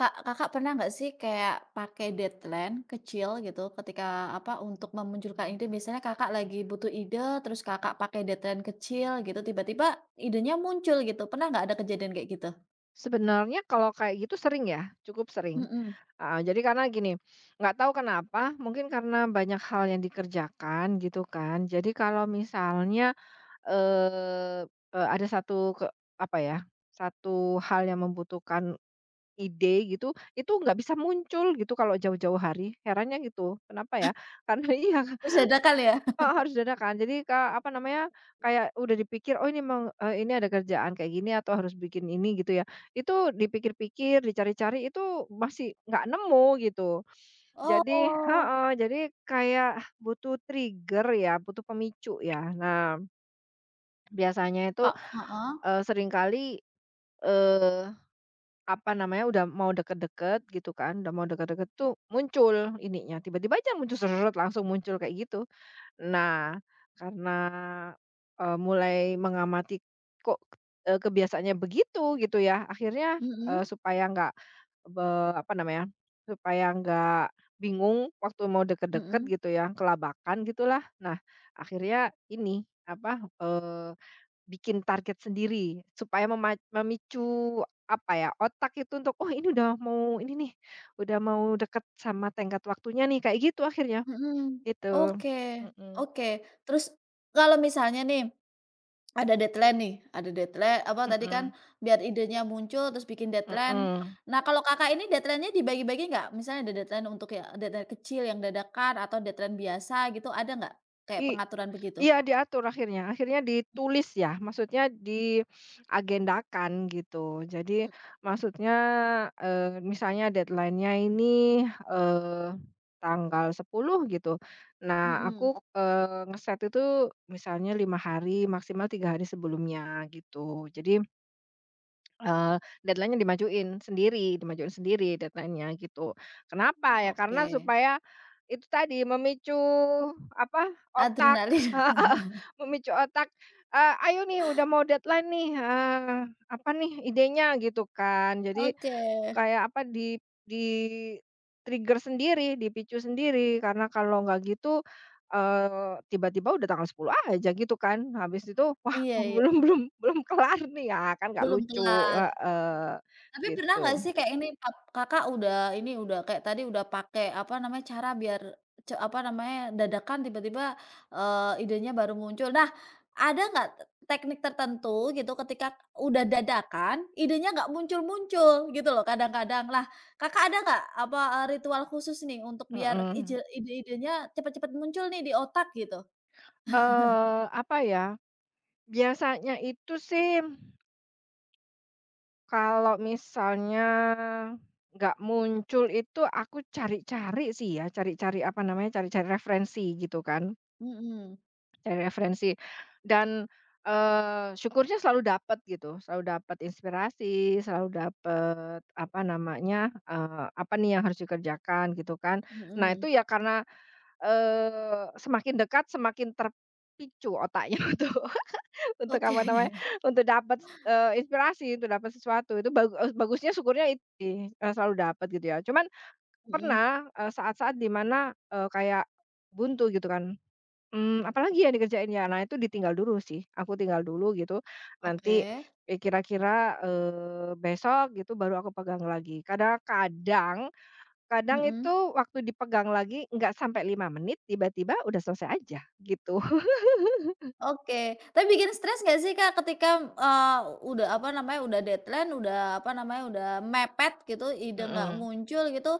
Kak, Kakak pernah nggak sih kayak pakai deadline kecil gitu ketika apa, untuk memunculkan ide biasanya Kakak lagi butuh ide terus Kakak pakai deadline kecil gitu tiba-tiba idenya muncul gitu, pernah nggak ada kejadian kayak gitu? Sebenarnya kalau kayak gitu sering ya, cukup sering. Mhm, Heeh, jadi karena gini, nggak tahu kenapa, mungkin karena banyak hal yang dikerjakan gitu kan. Jadi kalau misalnya, eee eee, ada satu apa ya, satu hal yang membutuhkan ide gitu, itu nggak bisa muncul gitu kalau jauh-jauh hari, herannya gitu, kenapa ya? Karena iya. terus dadakan ya? Heeh, harus dadakan. Jadi, Kak, kayak udah dipikir, "Oh, ini memang, ini ada kerjaan kayak gini atau harus bikin ini," gitu ya. Itu dipikir-pikir, dicari-cari itu masih nggak nemu gitu. Jadi Oh, heeh, jadi kayak butuh trigger ya, butuh pemicu ya. Nah, biasanya itu, Kak heeh, seringkali, eee, udah mau deket-deket gitu kan, udah mau deket-deket tuh muncul ininya, tiba-tiba aja muncul langsung muncul kayak gitu. Nah, karena, mulai mengamati kok, kebiasaannya begitu gitu ya, akhirnya, mhm supaya nggak be apa namanya, supaya nggak bingung waktu mau deket-deket mhm gitu ya, kelabakan gitulah. Nah, akhirnya ini, bikin target sendiri supaya memicu, otak itu untuk, "Oh, ini udah mau ini nih, udah mau deket sama tenggat waktunya nih," kayak gitu akhirnya, mhm mhm, gitu. oke Mhm. oke, terus kalau misalnya nih ada deadline nih, ada deadline apa tadi Mhm, kan biar idenya muncul terus bikin deadline. mhm. Nah kalau Kakak ini deadline-nya dibagi-bagi nggak? Misalnya ada deadline untuk ya deadline kecil yang dadakan atau deadline biasa gitu ada nggak? Kayak I pengaturan begitu? iya diatur akhirnya akhirnya ditulis ya, maksudnya diagendakan gitu. Jadi M maksudnya, misalnya deadline-nya ini, eee, tanggal 10 gitu. Nah mhm, aku, ngeset itu misalnya 5 hari, maksimal 3 hari sebelumnya gitu. Jadi deadline-nya dimajuin sendiri deadline-nya gitu. Kenapa ya? oke. Karena supaya itu tadi memicu apa, otak. Adrenalin. Memicu otak, "Ayo nih udah mau deadline nih, apa nih idenya?" Gitu kan. Jadi Oke, kayak apa, di-trigger sendiri, dipicu sendiri, karena kalau nggak gitu, tiba-tiba udah tanggal 10 aja gitu kan, habis itu, wah, iya iya, belum belum belum kelar nih, ya kan nggak belum lucu, kelar. heeh, Tapi pernah nggak gitu, sih kayak ini Kak Kakak udah ini, udah kayak tadi udah pakai apa namanya, cara biar apa namanya, dadakan tiba-tiba, idenya baru muncul. Nah, ada nggak teknik tertentu gitu ketika udah dadakan, idenya nggak muncul-muncul gitu loh kadang-kadang. Lah, Kakak ada nggak apa, ritual khusus nih untuk biar mhm. Ide-idenya cepet-cepet muncul nih di otak gitu? Apa ya, biasanya itu sih kalau misalnya nggak muncul itu aku cari-cari sih ya, cari-cari apa namanya, cari-cari referensi gitu kan. Mhm, Cari referensi dan, syukurnya selalu dapat gitu, selalu dapat inspirasi, selalu dapat apa namanya, apa nih yang harus dikerjakan gitu kan. Nah mhm. itu ya karena, semakin dekat semakin terpicu otaknya untuk Oke. apa namanya, untuk dapat inspirasi, untuk dapat sesuatu itu bagusnya syukurnya itu sih, selalu dapat gitu ya. Cuman Mhm, pernah, saat-saat dimana kayak buntu gitu kan. Apalagi ya dikerjain ya? Nah itu ditinggal dulu sih, aku tinggal dulu gitu, nanti, oke. Kira-kira, besok gitu baru aku pegang lagi. Kadang-kadang itu Mhm. waktu dipegang lagi nggak sampai 5 menit tiba-tiba udah selesai aja gitu. Oke, tapi bikin stres nggak sih, Kak, ketika, udah apa namanya, udah deadline, udah apa namanya, udah mepet gitu, ide nggak Mhm. muncul gitu,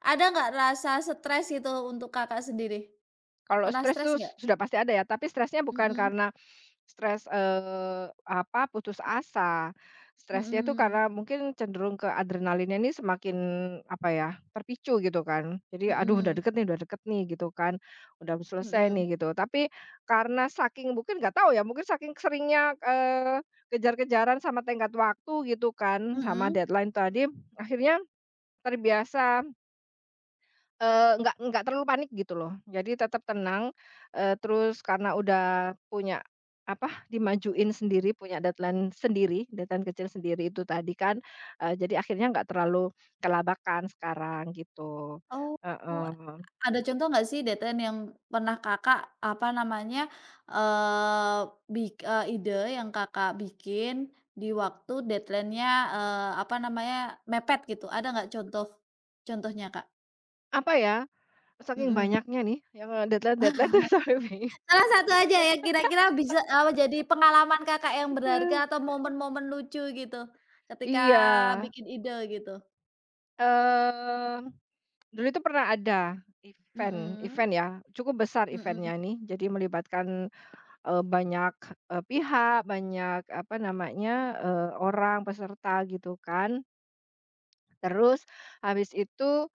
ada nggak rasa stres gitu untuk Kakak sendiri? Kalau Pernah stres stres tuh nggak? sudah pasti ada ya, tapi stresnya bukan Mhm, karena stres, putus asa. Stresnya tuh mhm, karena mungkin cenderung ke adrenalinnya ini semakin, apa ya, terpicu gitu kan. Jadi, "Aduh udah mhm, deket nih udah deket nih," gitu kan, "udah selesai mhm, nih," gitu. Tapi karena saking mungkin nggak tahu ya, mungkin saking seringnya, kejar-kejaran sama tenggat waktu gitu kan, mhm, sama mhm. deadline tadi, akhirnya terbiasa. Eee, nggak terlalu panik gitu loh, jadi tetap tenang, terus karena udah punya, apa, dimajuin sendiri, punya deadline sendiri, deadline kecil sendiri itu tadi kan, jadi akhirnya nggak terlalu kelabakan sekarang gitu, Oh. heeh. Ada contoh nggak sih DTN yang pernah Kakak, apa namanya, eee, ide yang Kakak bikin di waktu deadline-nya, apa namanya, mepet gitu, ada nggak contoh contohnya, Kak? Apa ya, saking Mhm. banyaknya nih yang, deadline-deadline tuh sampai bingung. Salah satu aja ya kira-kira bisa, jadi pengalaman Kakak yang berharga atau momen-momen lucu gitu, ketika Iya, bikin ide gitu? eee, dulu itu pernah ada event Mhm, event ya, cukup besar mhm, event-nya nih, jadi melibatkan banyak, pihak, banyak apa namanya, orang peserta gitu kan. Terus habis itu,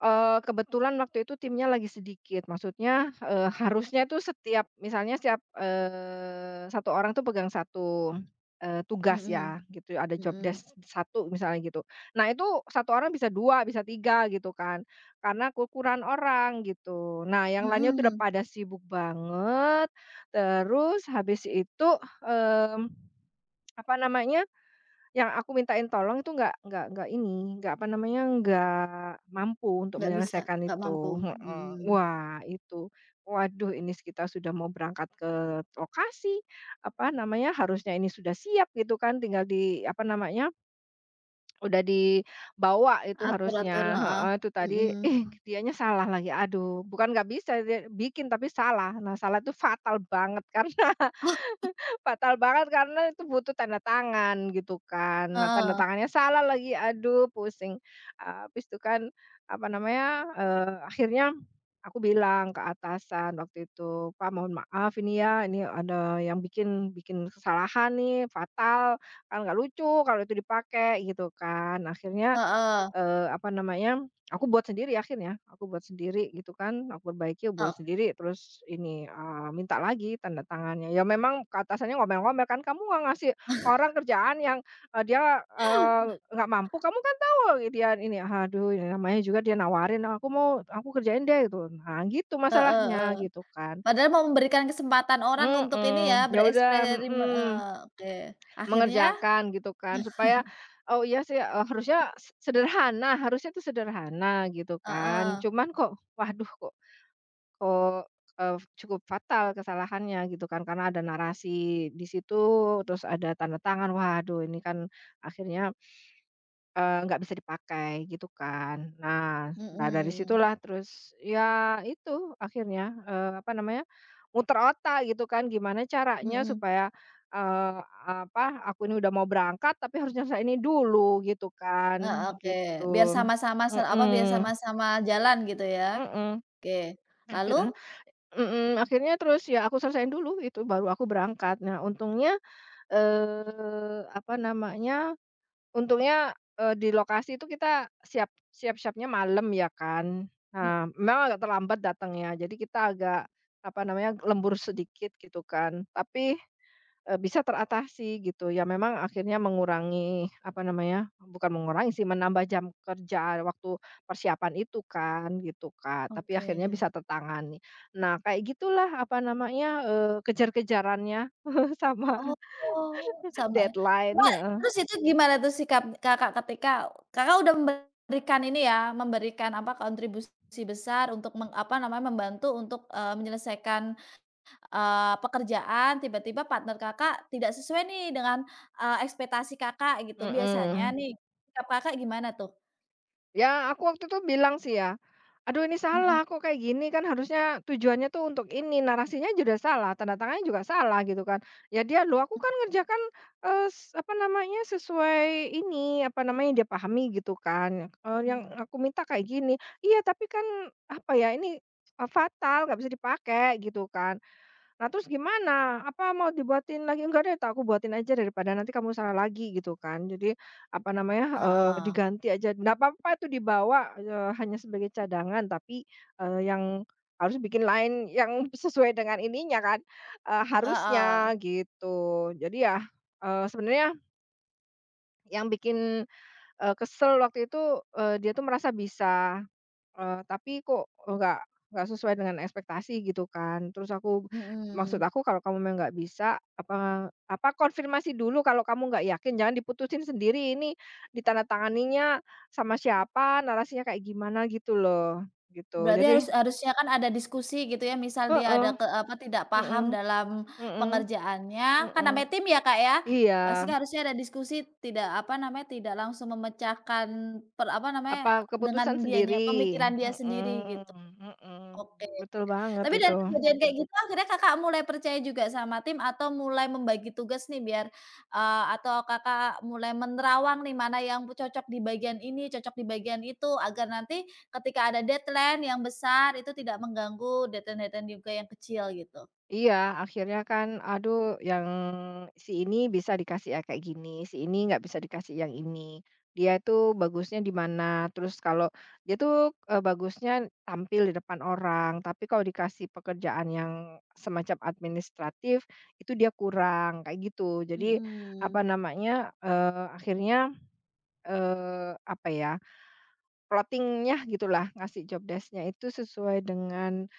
Kebetulan waktu itu timnya lagi sedikit, maksudnya, harusnya itu setiap misalnya setiap, 1 orang tuh pegang tugas mhm, ya, gitu, ada job mhm, desk 1 misalnya gitu. Nah itu satu orang bisa 2 bisa 3 gitu kan, karena kekurangan orang gitu. Nah yang lainnya tuh udah mhm. pada sibuk banget, terus habis itu, mmm, apa namanya yang aku mintain tolong itu nggak ini, nggak apa namanya, nggak mampu untuk Nggak bisa, menyelesaikan nggak mampu, itu, heeh. mhm. Wah itu, waduh ini kita sudah mau berangkat ke lokasi, apa namanya, harusnya ini sudah siap gitu kan, tinggal di apa namanya, udah dibawa itu Atur-atur, harusnya, heeh, heeh, itu tadi, mhm. ih dianya salah lagi, aduh bukan nggak bisa dia bikin tapi salah. Nah salah itu fatal banget kan. Fatal banget karena itu butuh tanda tangan gitu kan. Nah, tanda Heeh, tangannya salah lagi, aduh pusing. Ah, habis itu kan, apa namanya, akhirnya aku bilang ke atasan waktu itu, "Pak, mohon maaf ini ya, ini ada yang bikin bikin kesalahan nih, fatal, kan nggak lucu kalau itu dipakai," gitu kan. Akhirnya heeh, apa namanya, aku buat sendiri akhirnya, aku buat sendiri gitu kan, aku perbaiki, aku buat hek sendiri terus ini, minta lagi tanda tangannya. Ya memang ke atasannya ngomel-ngomel kan, "Kamu nggak ngasih orang kerjaan yang, dia, nggak mampu, kamu kan tahu dia ini." Aduh, ini namanya juga dia nawarin, "Aku mau aku kerjain deh," gitu. Nah gitu heeh heeh. masalahnya gitu kan. Padahal mau memberikan kesempatan orang untuk ini ya, Mhm, ya udah, mhm. Oke. Akhirnya Mengerjakan gitu kan supaya, oh iya sih, harusnya sederhana harusnya itu sederhana gitu heeh, kan. Cuman kok waduh kok kok, cukup fatal kesalahannya gitu kan karena ada narasi di situ, terus ada tanda tangan, waduh ini kan akhirnya nggak bisa dipakai gitu kan. Nah nah dari mhm, situlah terus ya itu akhirnya, apa namanya, muter otak gitu kan gimana caranya mhm, supaya, eee, aku ini udah mau berangkat tapi harus nyelesain ini dulu gitu heeh, kan, oke. Biar gitu. sama-sama apa, biar Mhm, sama-sama jalan gitu ya? mhm. Oke. Lalu? Akhirnya, mhm, akhirnya terus ya aku selesain dulu itu baru aku berangkat. Nah untungnya, apa namanya. Untungnya, di lokasi itu kita siap-siapnya malam ya kan. Mhm, Nah, memang agak terlambat datangnya, jadi kita agak, apa namanya, lembur sedikit gitu kan, tapi, bisa teratasi gitu. Ya memang akhirnya mengurangi, apa namanya, bukan mengurangi sih, menambah jam kerja waktu persiapan itu kan, gitu Kak, tapi akhirnya oke. bisa tertangani. Nah, kayak gitulah, apa namanya, kejar-kejarannya sama Oh, sama ya. Cuma deadline, heeh, terus itu gimana tuh sikap Kakak ketika Kakak udah memberikan ini ya, memberikan apa, kontribusi besar untuk apa namanya, membantu untuk, menyelesaikan, pekerjaan, tiba-tiba partner Kakak tidak sesuai nih dengan, ekspektasi Kakak gitu. Biasanya mhm. nih, sikap Kakak gimana tuh? Ya, aku waktu itu bilang sih ya, "Aduh ini Mhm salah kok kayak gini kan harusnya tujuannya tuh untuk ini, narasinya juga salah, tanda tangannya juga salah," gitu kan. Ya dia, "Loh aku kan ngerjakan, eee, s apa namanya, sesuai ini, apa namanya, yang dia pahami gitu kan, yang mhm. aku minta kayak gini." "Iya tapi kan, apa ya, ini, fatal nggak bisa dipakai," gitu kan. Nah, terus gimana? Apa mau dibuatin lagi? "Enggak deh, tak aku buatin aja daripada nanti kamu salah lagi," gitu kan. Jadi, apa namanya, Heeh. diganti aja, nggak apa-apa itu dibawa, hanya sebagai cadangan, tapi, yang harus bikin lain yang sesuai dengan ininya kan, Heeh. harusnya gitu. Jadi ya, sebenarnya yang bikin, kesel waktu itu, dia tuh merasa bisa. Tapi kok nggak sesuai dengan ekspektasi gitu kan. Terus aku maksud Mhm. aku kalau kamu memang nggak bisa, apa apa konfirmasi dulu kalau kamu nggak yakin, jangan diputusin sendiri, ini ditandatanganinya sama siapa, narasinya kayak gimana gitu loh, gitu. Berarti harus Jadi harusnya kan ada diskusi gitu ya, misal dia ada heeh, apa, tidak mhm, paham dalam mhm, pengerjaannya, kan mhm. namanya tim ya, Kak, ya. Iya, Pasti kan harusnya ada diskusi, tidak apa namanya, tidak langsung memecahkan apa apa namanya, dengan keputusan dianya, sendiri, pemikiran dia sendiri mhm, gitu. mhm. Oke. Betul banget Tapi dari itu. kejadian kayak gitu akhirnya Kakak mulai percaya juga sama tim atau mulai membagi tugas nih biar, atau Kakak mulai menerawang nih mana yang cocok di bagian ini, cocok di bagian itu agar nanti ketika ada deadline yang besar itu tidak mengganggu deadline-deadline juga yang kecil gitu? Iya, akhirnya kan, aduh yang si ini bisa dikasih yang kayak gini, si ini nggak bisa dikasih yang ini. Dia tuh bagusnya di mana, terus kalau dia tuh, bagusnya tampil di depan orang, tapi kalau dikasih pekerjaan yang semacam administratif, itu dia kurang, kayak gitu. Jadi, Mhm. apa namanya, akhirnya, apa ya, plottingnya gitulah, ngasih job desk-nya itu sesuai dengan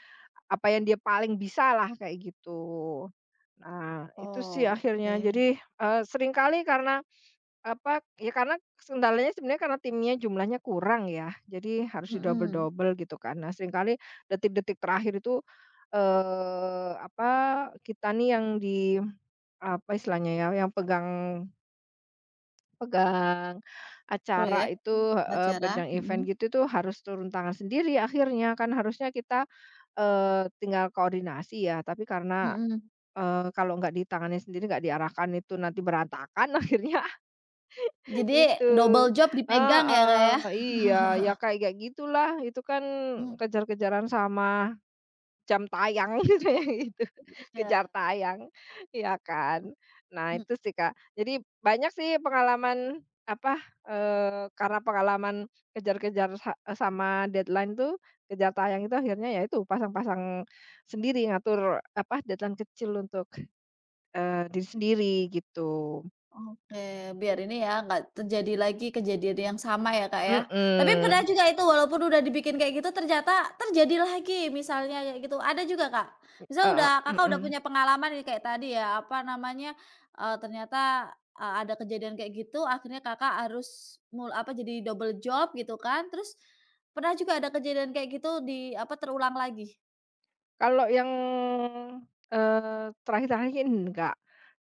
apa yang dia paling bisa lah kayak gitu. Nah, itu sih akhirnya. Oke. Jadi, seringkali karena apa, ya karena kendalanya sebenarnya karena timnya jumlahnya kurang ya, jadi harus Mhm. di-double-double gitu kan. Nah, seringkali detik-detik terakhir itu, eee, apa, kita nih yang apa istilahnya ya, yang pegang pegang acara Proyek, itu heeh, acara, pegang event mhm gitu tuh harus turun tangan sendiri akhirnya. Kan harusnya kita, tinggal koordinasi ya, tapi karena mhm. Kalau nggak di tangannya sendiri, nggak diarahkan itu nanti berantakan akhirnya Jadi itu. double job dipegang ya, Kak, ya? Heeh, iya, ya kayak kayak gitulah, itu kan Mmm. kejar-kejaran sama jam tayang gitu ya gitu, kejar Iya. tayang, ya kan. Nah Mhm. itu sih, Kak. Jadi banyak sih pengalaman apa, karena pengalaman sama deadline tuh, kejar tayang itu akhirnya ya itu pasang-pasang sendiri, ngatur apa, deadline kecil untuk diri sendiri gitu. Oke, biar ini ya, nggak terjadi lagi kejadian yang sama ya, Kak, ya. Tapi pernah Mhm, juga itu walaupun udah dibikin kayak gitu ternyata terjadi lagi misalnya kayak gitu. Ada juga, Kak? Misal heeh, udah Kakak udah mhm. punya pengalaman nih kayak tadi ya, apa namanya, ternyata, ada kejadian kayak gitu akhirnya Kakak harus apa, jadi double job gitu kan. Terus pernah juga ada kejadian kayak gitu di apa, terulang lagi? Kalau yang, terakhir-terakhir ini enggak.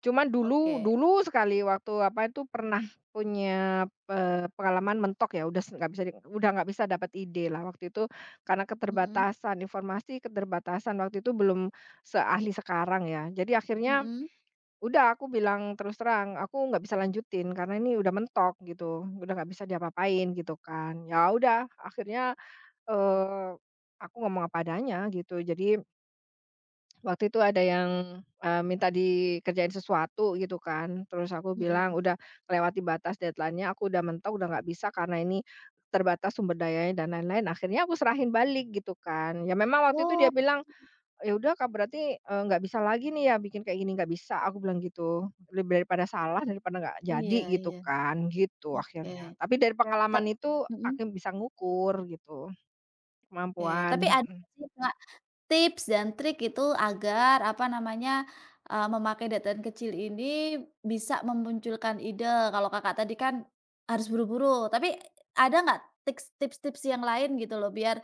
Cuman dulu Oke, dulu sekali waktu apa itu pernah punya, pengalaman mentok ya udah s nggak bisa di udah nggak bisa dapat ide lah waktu itu karena mhm keterbatasan informasi, keterbatasan waktu itu belum seahli sekarang ya. Jadi akhirnya mhm udah aku bilang terus terang, aku nggak bisa lanjutin karena ini udah mentok gitu, udah nggak bisa diapa-apain gitu kan. Ya udah akhirnya, eee, aku ngomong apa adanya gitu. Jadi waktu itu ada yang, minta dikerjain sesuatu gitu kan, terus aku bilang mhm. udah melewati batas deadline-nya, aku udah mentok, udah nggak bisa karena ini terbatas sumber dayanya dan lain-lain, akhirnya aku serahin balik gitu kan. Ya memang waktu itu Wo dia bilang, "Ya udah Kak, berarti, nggak bisa lagi nih ya bikin kayak gini, nggak bisa," aku bilang gitu. Lebih daripada salah, daripada nggak jadi iya gitu iya, kan, gitu oke. akhirnya. Tapi dari Tap pengalaman itu, aku mhm. bisa ngukur gitu, Oke, tapi kemampuan, ada mhm. nggak sih, Kak, tips dan trik itu agar, apa namanya, memakai deadline kecil ini bisa memunculkan ide? Kalau Kakak tadi kan harus buru-buru, tapi ada nggak tips-tips yang lain gitu loh biar,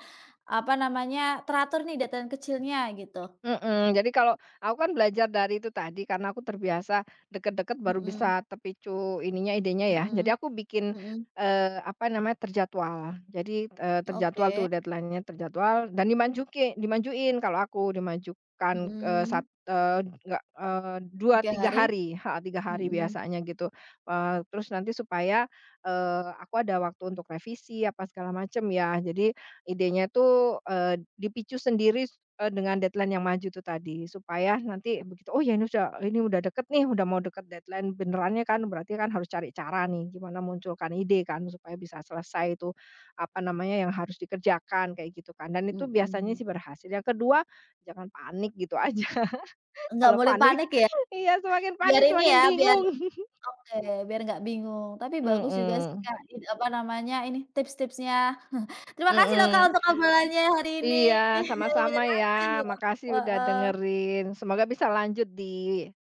apa namanya, teratur nih deadline kecilnya gitu? Mhm, jadi kalau aku kan belajar dari itu tadi, karena aku terbiasa deket-deket baru Mhm bisa terpicu ininya, idenya ya. Jadi mhm aku bikin, mhm, apa namanya, terjadwal. Jadi, terjadwal oke, tuh deadline-nya terjadwal dan dimajuin kalau aku, dimajukan, eee, sat mhm, eee, nggak, eee, 2, 3 3 hari? hari, heeh, 3 hari Mhm biasanya gitu. Terus nanti supaya, aku ada waktu untuk revisi apa segala macem ya. Jadi idenya tuh, dipicu sendiri, dengan deadline yang maju tuh tadi, supaya nanti begitu, "Oh ya ini udah deket nih, udah mau deket deadline benerannya kan," berarti kan harus cari cara nih, gimana munculkan ide kan, supaya bisa selesai itu, apa namanya, yang harus dikerjakan, kayak gitu kan, dan itu biasanya mhm. sih berhasil. Yang kedua, jangan panik gitu aja, Nggak kalau boleh panik panik ya? iya, semakin Biar panik ini semakin ya, biar bingung. oke, biar nggak bingung. Tapi bagus juga sih, Mhm, Kak, ini apa namanya, ini tips-tipsnya. Terima kasih loh, Kak, mhm. untuk obrolannya hari ini. Iya, sama-sama ya. Menyenangkan loh. Makasih udah Heeh, dengerin. Semoga bisa lanjut di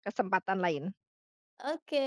kesempatan lain. oke.